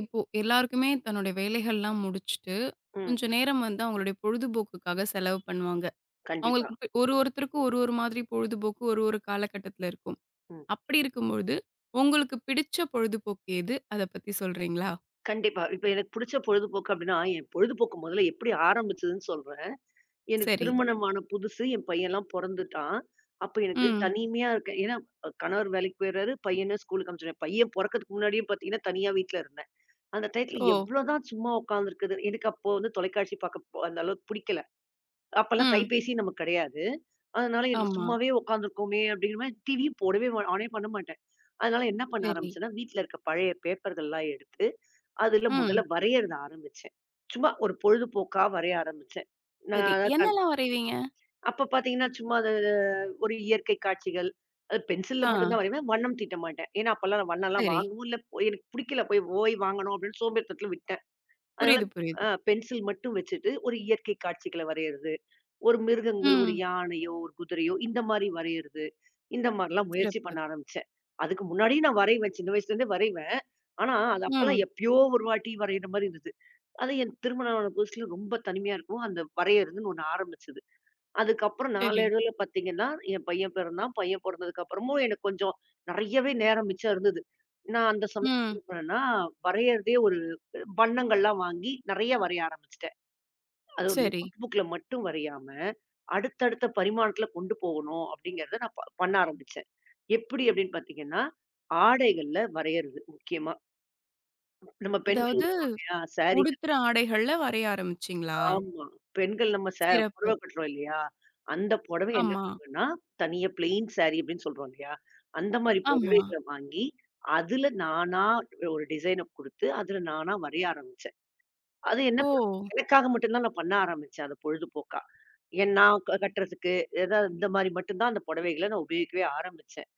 இப்போ எல்லாருக்குமே தன்னுடைய வேலைகள்லாம் முடிச்சுட்டு, ம். கொஞ்ச நேரம் வந்து அவங்களுடைய பொழுதுபோக்குக்காக செலவு பண்ணுவாங்க. கண்டிப்பா. அவங்களுக்கு ஒரு ஒருத்தருக்கும் ஒரு ஒரு மாதிரி பொழுதுபோக்கு ஒரு ஒரு காலகட்டத்தில இருக்கும். ம். அப்படி இருக்கும்பொழுது, உங்களுக்கு பிடிச்ச பொழுதுபோக்கு எது? அத பத்தி சொல்றீங்களா? கண்டிப்பா. இப்ப எனக்கு புடிச்ச பொழுதுபோக்கு அப்டின்னா, என் பொழுதுபோக்கு முதல்ல எப்படி ஆரம்பிச்சதுன்னு சொல்றேன். எனக்கு சரி. திருமணமான புதுசு என் பையன்லாம் பொறந்துட்டான். அப்ப எனக்கு ம். தனிமையா இருக்கேன். ஏன்னா கணவர் வேலைக்கு போயிடுறாரு, பையன ஸ்கூலுக்கு அனுப்பிச்சுடுறேன். பையன் பொறக்கறதுக்கு முன்னாடியே பார்த்தீங்கன்னா, தனியா வீட்ல இருந்தேன். அந்த டயத்துல ஓ! எவ்வளோதான் சும்மா உட்காந்துருக்குறது. எனக்கு அப்போ வந்து தொலைக்காட்சி பார்க்க அந்த அளவுக்கு புடிக்கல. அப்பலாம் ம். கைபேசி நமக்கு கிடையாது. அதனால எனக்கு ஆமா. சும்மாவே உட்காந்துருக்கோமே அப்படிங்கிற மாரி டிவியும் போடவே ஆனே பண்ண மாட்டேன். அதனால என்ன பண்ண சரி. ஆரம்பிச்சேன்னா, வீட்ல இருக்க பழைய பேப்பர்கள்லாம் எடுத்து அதுல ம். முதல்ல வரையறத ஆரம்பிச்சேன். சும்மா ஒரு பொழுதுபோக்கா வரைய ஆரம்பிச்சேன். ம். நான் சரி. அதான் கண் என்னலாம் வரைவீங்க? அப்ப பார்த்தீங்கன்னா, சும்மா அது ஒரு இயற்கை காட்சிகள். அது பென்சில்ல ஆ. மட்டும் தான் வரைவேன். வண்ணம் தீட்ட மாட்டேன். ஏன்னா, அப்பலாம் நான் வண்ணம்லாம் சரி. வாங்கவும் இல்ல. போய் எனக்கு பிடிக்கல. போய் போய் வாங்கணும் அப்படின்னு சோம்பேறித்தனத்துல விட்டேன். அதனால புரியுது, புரியுது. பென்சில் மட்டும் வச்சுட்டு ஒரு இயற்கை காட்சிகள வரையறது. ஒரு மிருகங்கள், ஒரு ம். யானையோ, ஒரு குதிரையோ இந்த மாரி வரையறது. இந்த மாரிலாம் முயற்சி பண்ண சிறப்பு. ஆரம்பிச்சேன். அதுக்கு முன்னாடியும் நான் வரைவேன். சின்ன வயசுலேருந்தே வரைவேன். ஆனா, அது அப்பலாம் ம். எப்பயோ ஒரு வாட்டி வரையிற மாரி இருந்துச்சு. அது என் திருமணம் ஆன புதுசுல ரொம்ப தனிமையா இருக்கும். அந்த வரையறதுன்னு ஒண்ணு ஆரம்பிச்சது. அதுக்கப்புறம் சரி. நாளடைவுல பார்த்தீங்கன்னா, என் பையன் பிறந்தான். பையன் பொறந்ததுக்கப்புறமும் எனக்கு கொஞ்சம் நெறையவே நேரம் மிச்சம் இருந்தது. நான் அந்த சமயம் ம். என்ன பண்ணேன்னா, வரையறதே ஒரு வண்ணங்கள்லாம் வாங்கி நெறைய வரைய ஆரம்பிச்சுட்டேன். அது ஒரு சரி. நோட் புக்ல மட்டும் வரையாம, அடுத்தடுத்த பரிமாணத்துல கொண்டு போகணும் அப்படிங்கிறத நான் பண்ண ஆரம்பிச்சேன். எப்படி அப்படின்னு பார்த்தீங்கன்னா, ஆடைகள்ல வரையறது முக்கியமா. நம்ம பெண்கள் அதாவது உடுத்துறோம் இல்லையா? சாரி. உடுத்துற ஆடைகள்ல வரைய ஆரம்பிச்சீங்களா? ஆமா. பெண்கள் நம்ம சிறப்பு. புடவை கட்டுறோம் இல்லையா? அந்த புடவை என்ன ஆமா, பண்ணுவேன்னா, தனியா பிளெயின் சாரி அப்படின்னு சொல்றோம் இல்லையா? அந்த மாரி ஆமா. புடவைகள வாங்கி, அதுல நானா ஒரு டிசைன குடுத்து, அதுல நானா வரைய ஆரம்பிச்சேன். அது என்ன பண்ண ஓ! எனக்காக மட்டும் தான் நான் பண்ண ஆரம்பிச்சேன். அத பொழுதுபோக்கா. ஏன் நான் கட்டுறதுக்கு, ஏதாவது இந்த மாரி மட்டும் தான் அந்த புடவைகள நான் உபயோகிக்கவே ஆரம்பிச்சேன்.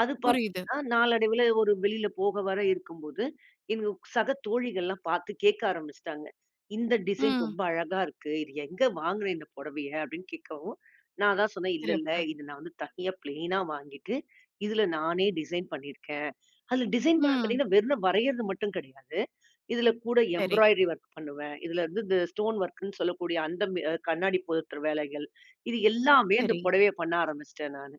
அது புரியுது. பார்த்தீங்கன்னா, நாளடைவில ஒரு வெளியில போக வர இருக்கும்போது, எங்க சக தோழிகள்லாம் பார்த்து கேட்க ஆரம்பிச்சுட்டாங்க. இந்த டிசைன் ம். ரொம்ப அழகா இருக்கு. இது எங்க வாங்குன இந்த புடவைய? அப்படின்னு கேட்கவும், நான் தான் சொன்னேன், இல்ல இல்ல சிறப்பு. இது நான் வந்து தனியா பிளெயினா வாங்கிட்டு, இதுல நானே டிசைன் பண்ணியிருக்கேன். அதுல டிசைன் பண்ண ம். பார்த்தீங்கன்னா, வெறும் வரையறது மட்டும் கிடையாது. இதுல கூட சரி, எம்ப்ராய்டரி ஒர்க் பண்ணுவேன். இதுல வந்து இந்த ஸ்டோன் ஒர்க்ன்னு சொல்லக்கூடிய அந்த கண்ணாடி பொருத்துற வேலைகள். இது எல்லாமே அந்த சரி. புடவைய பண்ண ஆரம்பிச்சுட்டேன் நானு.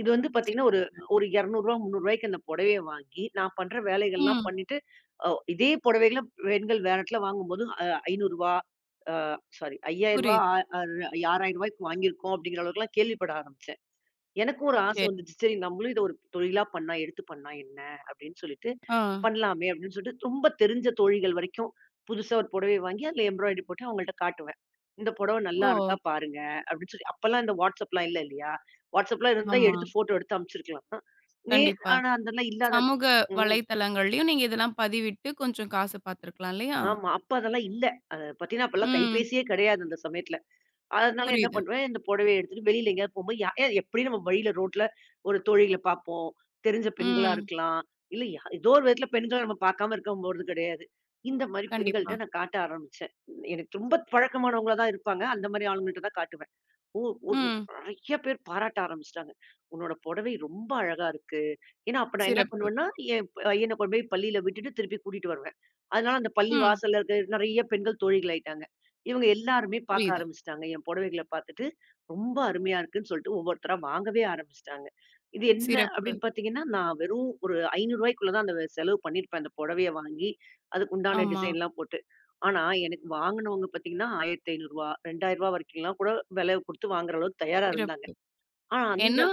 இது வந்து பார்த்தீங்கன்னா, ஒரு சிறப்புங்க. ஒரு ரூ. 200 ரூ. 300 அந்த புடவைய வாங்கி, நான் பண்ற வேலைகள்லாம் ம். பண்ணிட்டு, இதே புடவைகள பெண்கள் வேற இடத்துல வாங்கும்போது ரூ. 500 அ சாரி ரூ. 5000 புரியுது. ஆறு ரூ. 6000க்கு வாங்கியிருக்கோம் அப்படிங்கிற அளவுக்குலாம் கேள்விப்பட ஆரம்பிச்சேன். எனக்கும் ஒரு ஆசை சரி. வந்துச்சு. சரி நம்மளும் இத ஒரு தொழிலா பண்ணா, எடுத்து பண்ணா என்ன அப்படின்னு சொல்லிட்டு ஆ. பண்ணலாமே அப்படின்னு சொல்லிட்டு ரொம்ப தெரிஞ்ச தோழிகள் வரைக்கும் புதுசா ஒரு புடவை வாங்கி அதுல எம்ப்ராய்டரி போட்டு அவங்கள்ட்ட காட்டுவேன். இந்த புடவை நல்லா ஓ! இருக்கா பாருங்க அப்படின்னு சொல்லி அப்பல்லாம் இந்த வாட்ஸ்அப்லாம் இல்ல இல்லையா? வாட்ஸ்அப்லாம் இருந்தா ஆமா. எடுத்து ஃபோட்டோ எடுத்து அனுப்பிச்சிருக்கலாம். நே கண்டிப்பா. ஆனா அதெல்லாம் இல்லாத. சமூக ம். வலைத்தளங்கள்லயும் நீங்க இதெல்லாம் பதிவிட்டு கொஞ்சம் காசு பார்த்துருக்கலாம் இல்லையா? ஆமா. அப்ப அதெல்லாம் இல்ல. அத பத்தினா அப்பல்லாம் ம். கைபேசியே கிடையாது அந்த சமயத்துல. அதனால என்ன புரியுது. பண்ணுவேன், இந்த புடவைய எடுத்துட்டு வெளியில எங்கேயாவது போம்போது, ஏன் எப்படியும் நம்ம வழியில ரோட்ல ஒரு தோழிகள பார்ப்போம். தெரிஞ்ச பெண்களா ம். இருக்கலாம். இல்ல ஏதோ ஒரு விதத்துல பெண்கள நம்ம பார்க்காம இருக்க போறது கிடையாது. இந்த மாரி கண்டிப்பா. பெண்கள்ட்ட நான் காட்ட ஆரம்பிச்சேன். எனக்கு ரொம்ப பழக்கமானவங்களா தான் இருப்பாங்க. அந்த மாரி ஆளுங்கள்ட்ட தான் காட்டுவேன். ஓ! ஒன் ம். நெறைய பேர் பாராட்ட ஆரம்பிச்சுட்டாங்க. "உன்னோட புடவை ரொம்ப அழகா இருக்கு." ஏன்னா, அப்ப நான் என்ன சிறப்பு. பண்ணுவேன்னா, என் பையன கொண்டு போய் பள்ளியில விட்டுட்டு திருப்பி கூட்டிட்டு வருவேன். அதனால அந்த பள்ளி ம். வாசல்ல இருக்க நெறைய பெண்கள் தோழிகள் ஆயிட்டாங்க. இவங்க எல்லாருமே பாக்க புரியுது. ஆரம்பிச்சுட்டாங்க. என் புடவைகள பாத்துட்டு, "ரொம்ப அருமையா இருக்குன்னு" சொல்லிட்டு ஒவ்வொருத்தரா வாங்கவே ஆரம்பிச்சுட்டாங்க. இது என்ன சிறப்பு. அப்படின்னு பாத்தீங்கன்னா, நான் வெறும் ஒரு ரூ. 500 தான் அந்த செலவு பண்ணியிருப்பேன் அந்த புடவைய வாங்கி, அதுக்கு உண்டான ஆமா. டிசைன்லாம் போட்டு. ஆனா, எனக்கு வாங்குனவங்க பார்த்தீங்கன்னா, ரூ. 1500 ரூ. 2000 வரைக்கும்லாம் கூட விலை குடுத்து வாங்குற அளவுக்கு தயாரா இருந்தாங்க. சிறப்பு. ஆனா அந்த ஏன்னா,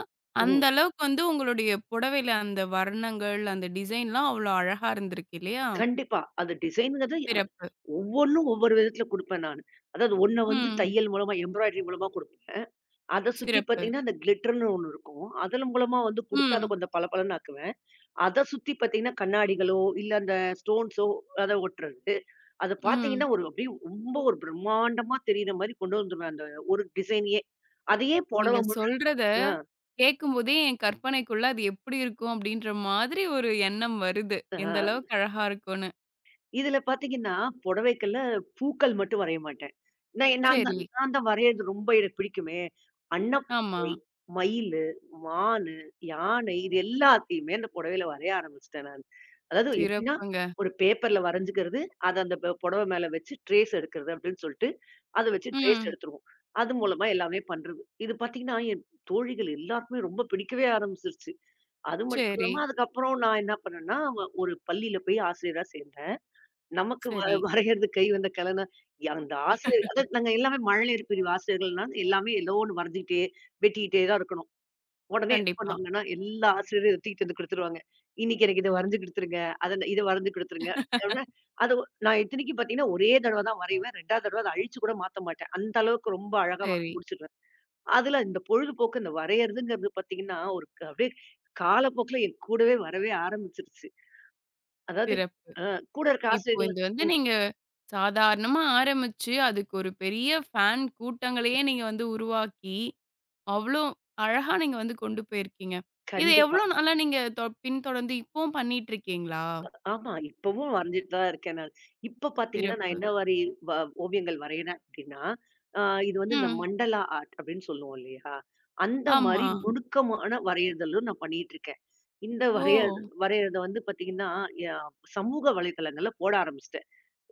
அந்த ம். அளவுக்கு வந்து உங்களுடைய புடவையில அந்த வர்ணங்கள், அந்த டிசைன்லாம் அவ்ளோ அழகா இருந்திருக்கு இல்லையா? கண்டிப்பா. அது டிசைன்ங்கிறது சிறப்பு. ஒவ்வொன்னும் ஒவ்வொரு விதத்துல குடுப்பேன் நானு. அதாவது ஒண்ண வந்து ம். தையல் மூலமா, எம்ப்ராய்டரி மூலமா குடுப்பேன். அத சுத்தி சிறப்பு. பார்த்தீங்கன்னா, அந்த கிளிட்டர்ன்னு ஒண்ணு இருக்கும். அதன் மூலமா வந்து குடுத்து அத ம். கொஞ்சம் பளபளன்னு ஆக்குவேன். அத சுத்தி பாத்தீங்கன்னா, கண்ணாடிகளோ, இல்ல அந்த ஸ்டோன்ஸோ அத ஒட்டுறது. அத ம். பாத்தீங்கன்னா, ஒரு அப்படியே ரொம்ப ஒரு பிரம்மாண்டமா தெரியிற மாரி கொண்டு வந்துருவேன், அந்த ஒரு டிசைனையே. அதையே நீங்க புடவ முழு சொல்றத ஆ. கேட்கும்போதே என் கற்பனைக்குள்ள அது எப்படி இருக்கும்? அப்படின்ற மாதிரி ஒரு எண்ணம் வருது. எந்த ஆ. அளவுக்கு அழகா இருக்கும்னு. இதுல பாத்தீங்கன்னா, புடவைக்கெல்லாம் பூக்கள் மட்டும் வரைய மாட்டேன். நான் நான் தான் சரி. நான் தான் வரையறது ரொம்ப எனக்கு பிடிக்குமே. ஆமா. அன்னப்பறவை, மயிலு, மானு, யானை இது எல்லாத்தையுமே அந்த புடவையில வரைய ஆரம்பிச்சுட்டேன் நானு. அதாவது எப்படின்னா, சிறப்புங்க. ஒரு பேப்பர்ல வரைஞ்சுக்கிறது, அத அந்த புடவ மேல வச்சு ட்ரேஸ் எடுக்கிறது அப்படின்னு சொல்லிட்டு, அத வச்சு ட்ரேஸ் ம். எடுத்துருவோம். அது மூலமா எல்லாமே பண்றது. இது பாத்தீங்கன்னா, என் தோழிகள் எல்லாருக்குமே ரொம்ப பிடிக்கவே ஆரம்பிச்சுருச்சு. அது மட்டும் சரி, இல்லாம அதுக்கப்புறம் நான் என்ன பண்ணேன்னா, ஒரு பள்ளியில போய் ஆசிரியரா சேர்ந்தேன். நமக்கு சரி. வரையறது கை வந்த கலனா, அந்த ஆசிரியர் அதாவது நாங்க எல்லாமே மழலையர் பிரிவு ஆசிரியர்கள்னா, எல்லாமே ஏதோ ஒண்ணு வரைஞ்சுக்கிட்டே, வெட்டிக்கிட்டே தான் இருக்கணும். உடனே என்ன கண்டிப்பா. பண்ணுவாங்கன்னா, எல்லா ஆசிரியரையும் இத தூக்கிட்டு வந்து குடுத்துருவாங்க. "இன்னைக்கு எனக்கு இத வரைஞ்சு குடுத்துருங்க. அத இத வரைஞ்சு குடுத்துருங்க." அப்படின்னா, நான் இத்தனைக்கும் பார்த்தீங்கன்னா, ஒரே தடவ தான் வரைவேன். 2வது தடவ அத அழிச்சு கூட மாத்த மாட்டேன். அந்த அளவுக்கு ரொம்ப அழகா சரி. வரைஞ்சு முடிச்சுருவேன். அதுல இந்த பொழுதுபோக்கு, இந்த வரையறதுங்கிறது பார்த்தீங்கன்னா, அப்படியே காலப்போக்குல என் கூடவே வரவே ஆரம்பிச்சுருச்சு. அதாவது சிறப்பு. அ கூட இருக்க இப்போ ஆசிரியர்கள். இது வந்து ம். நீங்க சாதாரணமா ஆரம்பிச்சு, அதுக்கு ஒரு பெரிய ஃபேன் கூட்டங்களையே நீங்க வந்து உருவாக்கி, அவ்ளோ அழகா நீங்க வந்து கொண்டு போயிருக்கீங்க. இது கண்டிப்பா. எவ்ளோ நாளா நீங்க பின்தொடர்ந்து இப்பவும் பண்ணிட்டுருக்கீங்களா? ஆமா. இப்பவும் வரைஞ்சுட்டு தான் இருக்கேன் நான். இப்ப பாத்தீங்கன்னா, நான் சிறப்பு. என்ன மாரி வ ஓவியங்கள் வரையிறேன் அப்டின்னா, அ இது வந்து இந்த ம். மண்டலா ஆர்ட் அப்டின்னு சொல்லுவோம் இல்லையா? அந்த ஆமா. மாரி நுணுக்கமான வரையதலும் நான் பண்ணிட்டு இருக்கேன். இந்த ஓ! ஓ! வரைய வரையறத வந்து பாத்தீங்கன்னா, ய சமூக வலைதளங்கள்ல போட ஆரம்பிச்சுட்டேன்.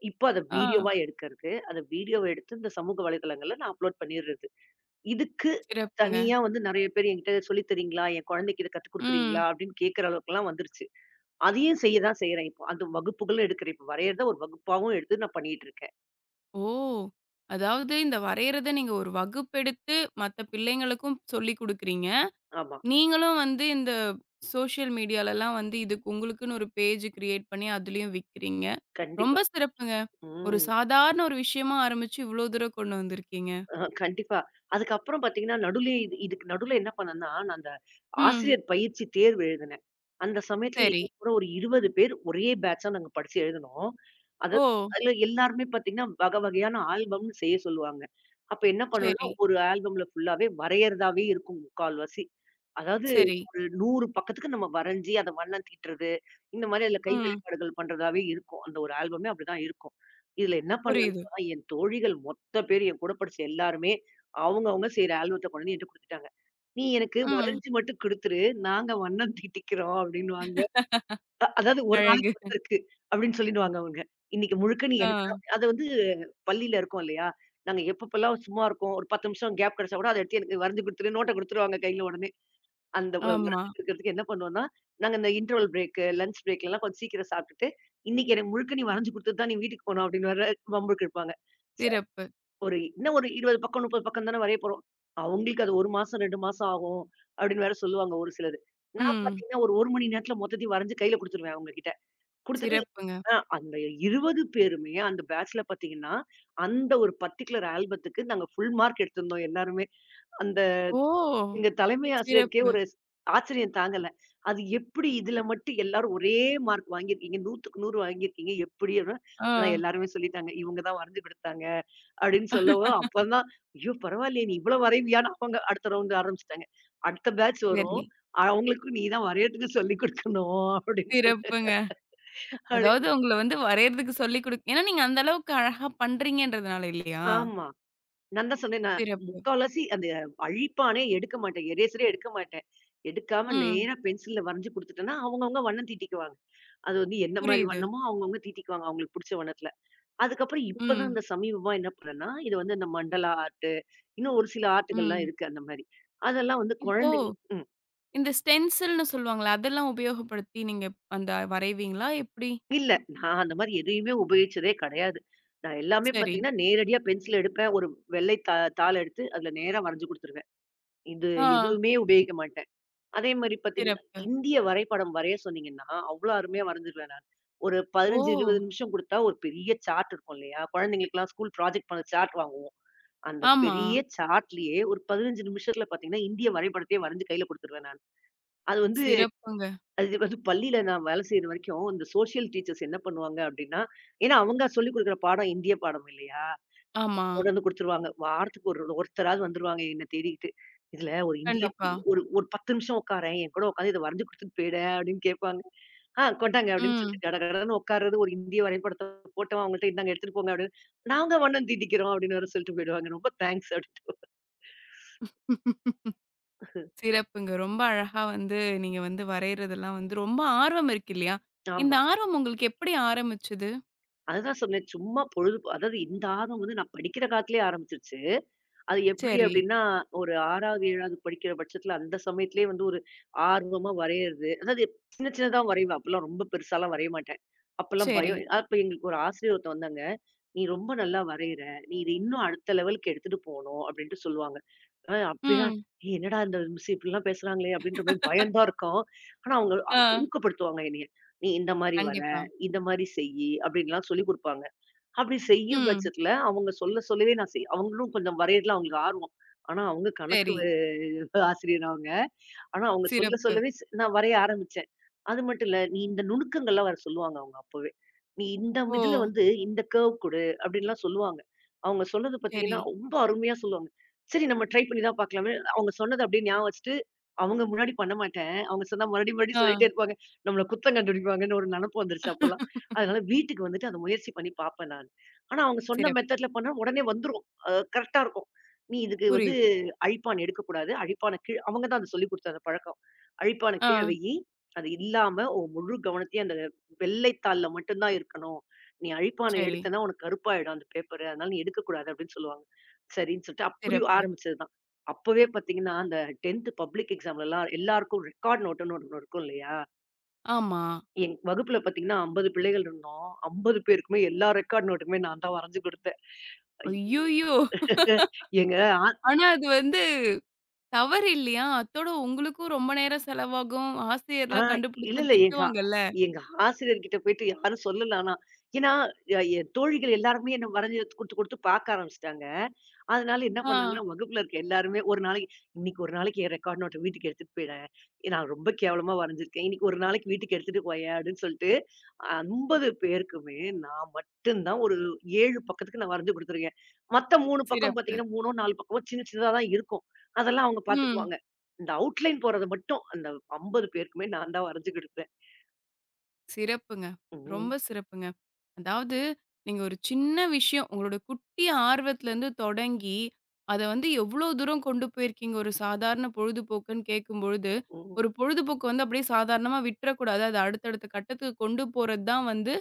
இப்போ அத ஆ. வீடியோவா எடுக்கறது, அத வீடியோவ எடுத்து இந்த சமூக வலைதளங்கள்ல நான் அப்லோட் பண்ணிர்றது. இதுக்கு சிறப்புங்க. தனியா வந்து நெறைய பேர் என்கிட்ட சொல்லி தரீங்களா? என் குழந்தைக்கு இத கத்துக் ம். குடுக்குறீங்களா? அப்டின்னு கேட்கற அளவுக்குலாம் வந்துருச்சு. அதையும் செய்ய தான் செய்றேன் இப்போ. அந்த வகுப்புகளும் எடுக்கிறேன். இப்ப வரையறத ஒரு வகுப்பாவும் எடுத்து நான் பண்ணிட்டு இருக்கேன். ஓ! அதாவது இந்த வரையறத நீங்க ஒரு வகுப்பெடுத்து மத்த பிள்ளைங்களுக்கும் சொல்லிக் குடுக்குறீங்க. ஆமா. நீங்களும் வந்து இந்த சோஷியல் மீடியாலலாம் வந்து இதுக்கு உங்களுக்குன்னு ஒரு பேஜ் கிரியேட் பண்ணி அதுலயும் விக்கிறீங்க. ரொம்ப கண்டிப்பா. சிறப்புங்க. ஒரு ம். சாதாரண ஒரு விஷயமா ஆரம்பிச்சு இவ்ளோ தூரம் கொண்டு வந்திருக்கீங்க. கண்டிப்பா. அதுக்கப்புறம் பார்த்தீங்கன்னா, நடுவுலயே இதுக்கு நடுவுல என்ன பண்ணேன்னா, நான் அந்த ம். ஆசிரியர் பயிற்சி தேர்வு எழுதினேன். அந்த சமயத்துல சரி. என் கூட ஒரு 20 பேர் ஒரே பேட்ச்சா நாங்க படிச்சு எழுதினோம். அது ஓ! அதுல எல்லாருமே பார்த்தீங்கன்னா, வகை வகையான ஆல்பம்னு செய்ய சொல்லுவாங்க. அப்ப என்ன பண்ணணும்னா, சரி, ஒரு ஆல்பம்ல ஃபுல்லாவே வரையறதாவே இருக்கும் முக்கால்வாசி. அதாவது சரி. ஒரு 100 பக்கத்துக்கு நம்ம வரைஞ்சு, அத வண்ணம் தீட்டுறது, இந்த மாரி அதுல கை ம். வெளிப்பாடுகள் பண்றதாவே இருக்கும். அந்த ஒரு ஆல்பமே அப்படிதான் இருக்கும். இதுல என்ன புரியுது. பண்ணேன்னா, என் தோழிகள் மொத்த பேரு என் கூட படிச்ச எல்லாருமே, அவங்க செய்ற ஆல்பத்த கொண்டு வந்து என்ட்ட குடுத்துட்டாங்க. "நீ எனக்கு ம். வரைஞ்சு மட்டும் குடுத்துரு. நாங்க வண்ணம் தீட்டிக்கிறோம்" அப்படின்னுவாங்க. அதாவது "1 அழகு. நாளைக்கு ஒருத்தருக்கு" அப்படின்னு சொல்லிடுவாங்க அவங்க. "இன்னைக்கு முழுக்க நீ ஆ. எனக்கு தான்" அது வந்து பள்ளியில இருக்கோம் இல்லையா? நாங்க எப்பப்பலாம் சும்மா இருக்கோம், ஒரு 10 நிமிஷம் கேப் கிடைச்சா கூட, அத எடுத்து எனக்கு வரைஞ்சு குடுத்துரு, நோட்ட குடுத்துருவாங்க கையில உடனே. அந்த ஆமா. வரைஞ்சு குடுக்கறதுக்கு என்ன பண்ணுவோம்னா, நாங்க இந்த இன்டர்வல் பிரேக்கு, லஞ்ச் பிரேக்லலாம் கொஞ்சம் சீக்கிரம் சாப்பிட்டுட்டு, "இன்னைக்கு எனக்கு முழுக்க நீ வரைஞ்சு குடுத்துட்டு தான் நீ வீட்டுக்கு போணும்" அப்படின்னு வேற வம்புக்கு இழுப்பாங்க. சிறப்பு. ஒரு 20 பக்கம், 30 பக்கம் தானே வரைய போறோம். அவங்களுக்கு அது 1 மாசம், 2 மாசம் ஆகும். அப்படின்னு வேற சொல்லுவாங்க ஒரு சிலது. நான் ம். பார்த்தீங்கன்னா, ஒரு 1 மணி நேரத்தில மொத்தத்தையும் வரைஞ்சு கையில குடுத்துருவேன் அவங்ககிட்ட. குடுத்துட்டு சிறப்புங்க. அந்த 20 பேருமே அந்த பேட்ச்ல பார்த்தீங்கன்னா, அந்த ஒரு பர்ட்டிகுலர் ஆல்பத்துக்கு நாங்க ஃபுல் மார்க் எடுத்திருந்தோம் எல்லாருமே. அந்த ஓ! எங்க தலைமை ஆசிரியருக்கே சிறப்பு. ஒரு ஆச்சரியம் தாங்கல. அது எப்படி இதுல மட்டும் எல்லாரும் ஒரே மார்க் வாங்கியிருக்கீங்க. 100க்கு 100 வாங்கியிருக்கீங்க எப்படி? அப்படின்னா, ஆ. ஆனா எல்லாருமே சொல்லிட்டாங்க. இவங்க தான் வரைஞ்சு குடுத்தாங்க. அப்படின்னு சொல்லவும், அப்பதான் ஐயோ! பரவாயில்லையே நீ இவ்வளோ வரைவியான்னு அவங்க அடுத்த ரவுண்ட் ஆரம்பிச்சுட்டாங்க. அடுத்த பேட்ச் வரும். சரி. அவங்களுக்கும் நீ தான் வரையறதுக்கு சொல்லிக் குடுக்கணும் அப்படின்னு சொல்லு சிறப்புங்க. அதாவது அப்படின்னு. உங்கள வந்து வரையறதுக்கு சொல்லிக் குடுக் ஏன்னா நீங்க அந்த அளவுக்கு அழகா பண்றீங்கன்றதுனால இல்லையா? ஆமா. நான் தான் சொன்னேன் நான் சிறப்பு. முக்காவாசி அந்த அழிப்பானே எடுக்க மாட்டேன். எரேசரே எடுக்க மாட்டேன். எடுக்காம ம். நேரா பென்சில்ல வரைஞ்சு குடுத்துட்டேன்னா, அவங்கவங்க வண்ணம் தீட்டிக்குவாங்க. அது வந்து என்ன மாரி புரியுது. வண்ணமோ அவங்கவங்க தீட்டிக்குவாங்க. அவங்களுக்கு புடிச்ச வண்ணத்துல. அதுக்கப்புறம் இப்பதான் ம், இந்த சமீபமா என்ன பண்ணேன்னா, இது வந்து இந்த மண்டலா ஆர்ட், இன்னும் ஒரு சில ஆர்ட்டுகள்லாம் ம். இருக்கு அந்த மாரி. அதெல்லாம் வந்து இப்போ குழந்தைங்க இந்த ஸ்டென்சில்ன்னு சொல்லுவாங்கல்ல, அதெல்லாம் உபயோகப்படுத்தி நீங்க அந்த வரைவீங்களா எப்படி? இல்ல. நான் அந்த மாரி எதையுமே உபயோகிச்சதே கிடையாது. நான் எல்லாமே சரி. பார்த்தீங்கன்னா, நேரடியா பென்சில் எடுப்பேன். ஒரு வெள்ளை தாள் எடுத்து அதுல நேரா வரைஞ்சு குடுத்துருவேன். இது ஆ. எதுவுமே உபயோகிக்க மாட்டேன். அதே மாரி பார்த்தீங்கன்னா, சிறப்பு. இந்திய வரைபடம் வரைய சொன்னீங்கன்னா, அவ்ளோ அருமையா வரைஞ்சிருவேன் நான். ஒரு ஓ! 15, 20 நிமிஷம் குடுத்தா ஒரு பெரிய சார்ட் இருக்கும் இல்லையா? குழந்தைங்களுக்கெல்லாம் ஸ்கூல் ப்ராஜெக்ட் பண்ண சார்ட் வாங்குவோம். அந்த ஆமா. பெரிய சார்ட்லயே ஒரு 15 நிமிஷத்துல பார்த்தீங்கன்னா, இந்திய வரைபடத்தையே வரைஞ்சு கையில குடுத்துருவேன் நான். அது வந்து சிறப்புங்க. அது வந்து பள்ளியில நான் வேலை செய்ற வரைக்கும், இந்த சோசியல் டீச்சர்ஸ் என்ன பண்ணுவாங்க அப்டின்னா, ஏன்னா அவங்க சொல்லிக் குடுக்குற பாடம் இந்திய பாடம் இல்லையா? ஆமா. கொண்டு வந்து குடுத்துருவாங்க. வாரத்துக்கு ஒரு ஒருத்தராவது வந்துருவாங்க என்ன தேடிக்கிட்டு. "இதுல ஒரு இந்தியா கண்டிப்பா. ஒரு ஒரு 10 நிமிஷம் உட்காரேன். என் கூட உட்காந்து இத வரைஞ்சு குடுத்துட்டு போயிட" அப்டின்னு கேட்பாங்க. "ஆ கொண்டாங்க" அப்டின்னு ம். சொல்லிட்டு கடகடன்னு உட்கார்றது, ஒரு இந்திய வரைபடத்த போட்டோம் அவங்கள்ட்ட "இந்தாங்க எடுத்துட்டு போங்க" அப்டின்னு. "நாங்க வண்ணம் தீட்டிக்கிறோம்" அப்டின்னு வேற சொல்லிட்டு போயிடுவாங்க. ரொம்ப தேங்க்ஸ் அப்டின்ட்டு. சிறப்புங்க. ரொம்ப அழகா வந்து நீங்க வந்து வரையறதெல்லாம் வந்து ரொம்ப ஆர்வம் இருக்கு இல்லையா? இந்த ஆமா. ஆர்வம் உங்களுக்கு எப்படி ஆரம்பிச்சது? அதுதான் சொன்னேன். சும்மா பொழுது அதாவது இந்த ஆர்வம் வந்து நான் படிக்கிற காலத்திலேயே ஆரம்பிச்சுருச்சு. அது எப்படி சரி, அப்படின்னா, ஒரு 6வது, 7வது படிக்கிற பட்சத்தில அந்த சமயத்திலேயே வந்து ஒரு ஆர்வமா வரையறது. அதாவது சின்ன சின்னதா வரைவேன். அப்பலாம் ரொம்ப பெருசாலாம் வரைய மாட்டேன். அப்பலாம் சரி. பயம். அப்ப எங்களுக்கு ஒரு ஆசிரியர் ஒருத்தர் வந்தாங்க. "நீ ரொம்ப நல்லா வரையிற. நீ இத இன்னும் அடுத்த லெவலுக்கு எடுத்துட்டு போணும்" அப்படின்ட்டு சொல்லுவாங்க. அப்படின்னா, ம். "ஏய் என்னடா இந்த மிஸ் இப்படிலாம் பேசுறாங்களே!" அப்படின்ற மாரி பயம் தான் இருக்கும். ஆனா அவங்க அவங்க ஆ. ஊக்கப்படுத்துவாங்க என்னைய. "நீ இந்த மாரி வர, கண்டிப்பா. இந்த மாரி செய்யி" அப்படின்லாம் சொல்லிக் குடுப்பாங்க. அப்படி செய்யும் ம். பட்சத்துல, அவங்க சொல்ல சொல்லவே நான் செய் அவங்களும் கொஞ்சம் வரையறதுல அவங்களுக்கு ஆர்வம். ஆனா அவங்க கணக்கு சரி. ஆசிரியர் அவங்க. ஆனா அவங்க சொல்ல சிறப்பு. சொல்லவே நான் வரைய ஆரம்பிச்சேன். அது மட்டும் இல்ல, நீ இந்த நுணுக்கங்கள்லாம் வேற சொல்லுவாங்க அவங்க அப்பவே. நீ இந்த ஓ! இதுல வந்து இந்த கர்வ் குடு அப்டின்லாம் சொல்லுவாங்க. அவங்க சொன்னது சரி. பார்த்தீங்கன்னா, ரொம்ப அருமையா சொல்லுவாங்க. சரி நம்ம ட்ரை பண்ணி தான் பார்க்கலாமே. அவங்க சொன்னத அப்டியே ஞாபகம் வச்சுட்டு, அவங்க முன்னாடி பண்ண மாட்டேன். அவங்க சொன்னா மறுபடியும் மறுபடியும் ஆ. சொல்லிட்டே இருப்பாங்க. நம்மள குத்தம் கண்டுபிடிப்பாங்கன்னு ஒரு நெனப்பு வந்துருச்சு அப்பலாம். அதனால வீட்டுக்கு வந்துட்டு அத முயற்சி பண்ணி பார்ப்பேன் நானு. ஆனா அவங்க சொன்ன சிறப்பு. மெத்தட்ல பண்ணா உடனே வந்துரும். கரெக்ட்டா இருக்கும். நீ இதுக்கு வந்து புரியுது. அழிப்பான் எடுக்கக்கூடாது. அழிப்பான கீழ அவங்க தான் அது சொல்லிக் குடுத்த அந்த பழக்கம். அழிப்பான ஆ, கீழ வையி. அது இல்லாம உன் முழு கவனத்தையும் அந்த வெள்ளை தாள்ல மட்டும் தான் இருக்கணும். நீ அழிப்பான சரி. எடுத்தன்னா உனக்கு கருப்பாயிடும் அந்த பேப்பரு. அதனால நீ எடுக்கக்கூடாது அப்படின்னு சொல்லுவாங்க. சரின்னு சொல்லிட்டு அப்படி சிறப்பு. ஆரம்பிச்சது தான். அப்பவே பார்த்தீங்கன்னா, அந்த 10த் பப்ளிக் எக்ஸாம்லலாம் எல்லாருக்கும் ரெக்கார்ட் நோட்டுன்னு ஒண்ணு இருக்கும் இல்லையா? ஆமா. என் வகுப்புல பார்த்தீங்கன்னா 50 பிள்ளைகள் இருந்தோம். 50 பேருக்குமே எல்லா ரெக்கார்ட் நோட்டுமே நான் தான் வரைஞ்சு குடுத்தேன். ஐ ஐய்யய்யோ! எங்க ஆ ஆனா அது வந்து தவறு இல்லையா? அத்தோட உங்களுக்கும் ரொம்ப நேரம் செலவாகும். ஆ ஆசிரியர்லாம் இல்ல, கண்டுபிடிச்சா இல்ல. திட்டுவாங்கல்ல. எங்க ஆசிரியர்கிட்ட போயிட்டு யாரும் சொல்லல ஆனா. ஏன்னா, என் தோழிகள் எல்லாருமே என்ன வரைஞ்சு குடுத்து, குடுத்து பார்க்க ஆரம்பிச்சுட்டாங்க. அதனால என்ன ஆ, பண்ணாங்கன்னா, வகுப்புல இருக்க எல்லாருமே ஒரு நாளைக்கு "இன்னைக்கு ஒரு நாளைக்கு என் ரெக்கார்ட் நோட்ட வீட்டுக்கு எடுத்துட்டு போயிறேன். நான் ரொம்ப கேவலமா வரைஞ்சிருக்கேன். இன்னைக்கு ஒரு நாளைக்கு வீட்டுக்கு எடுத்துட்டு போயேன்" அப்படின்னு சொல்லிட்டு 50 பேருக்குமே நான் மட்டும் தான் ஒரு 7 பக்கத்துக்கு நான் வரைஞ்சு குடுத்துருக்கேன். மத்த 3 பக்கம் சிறப்பு. பார்த்தீங்கன்னா, 3ஓ 4 பக்கமோ சின்ன, சின்னதா தான் இருக்கும். அதெல்லாம் அவங்க ம். பார்த்துக்குவாங்க. இந்த அவுட்லைன் போறது மட்டும், அந்த 50 பேருக்குமே நான் தான் வரைஞ்சு குடுப்பேன். சிறப்புங்க. ரொம்ப ம், சிறப்புங்க. அதாவது நீங்க ஒரு சின்ன விஷயம், உங்களோட குட்டி ஆர்வத்திலருந்து தொடங்கி, அத வந்து எவ்ளோ தூரம் கொண்டு போயிருக்கீங்க. ஒரு சாதாரண பொழுதுபோக்குன்னு கேட்கும்பொழுது, ம். ஒரு பொழுதுபோக்கு வந்து அப்படியே சாதாரணமா விட்டுறக்கூடாது. அது அடுத்தடுத்த கட்டத்துக்கு கொண்டு போறது தான் வந்து,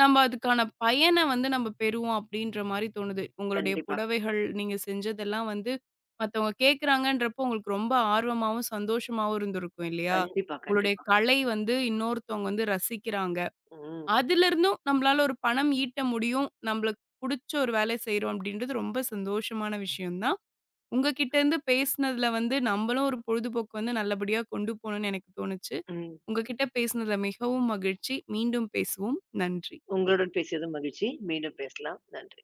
நம்ம அதுக்கான பயன வந்து நம்ம பெறுவோம் அப்படின்ற மாரி தோணுது. உங்களுடைய கண்டிப்பா, புடவைகள், நீங்க செஞ்சதெல்லாம் வந்து மத்தவங்க கேட்குறாங்கன்றப்போ உங்களுக்கு ரொம்ப ஆர்வமாவும், சந்தோஷமாவும் இருந்திருக்கும் இல்லையா? கண்டிப்பா, உங்களுடைய கண்டிப்பா. கலை வந்து இன்னொருத்தவங்க வந்து ரசிக்கிறாங்க. ம், அதிலிருந்தும் நம்மளால ஒரு பணம் ஈட்ட முடியும். நம்மளுக்கு புடிச்ச ஒரு வேலை செய்றோம் அப்படின்றது ரொம்ப சந்தோஷமான விஷயம் தான். உங்ககிட்ட இருந்து பேசினதுல வந்து நம்மளும் ஒரு பொழுதுபோக்கு வந்து நல்லபடியா கொண்டு போணும்னு எனக்கு தோணுச்சு. ம். உங்ககிட்ட பேசினதுல மிகவும் மகிழ்ச்சி. மீண்டும் பேசுவோம். நன்றி. உங்களுடன் பேசியது மகிழ்ச்சி. மீண்டும் பேசலாம். நன்றி.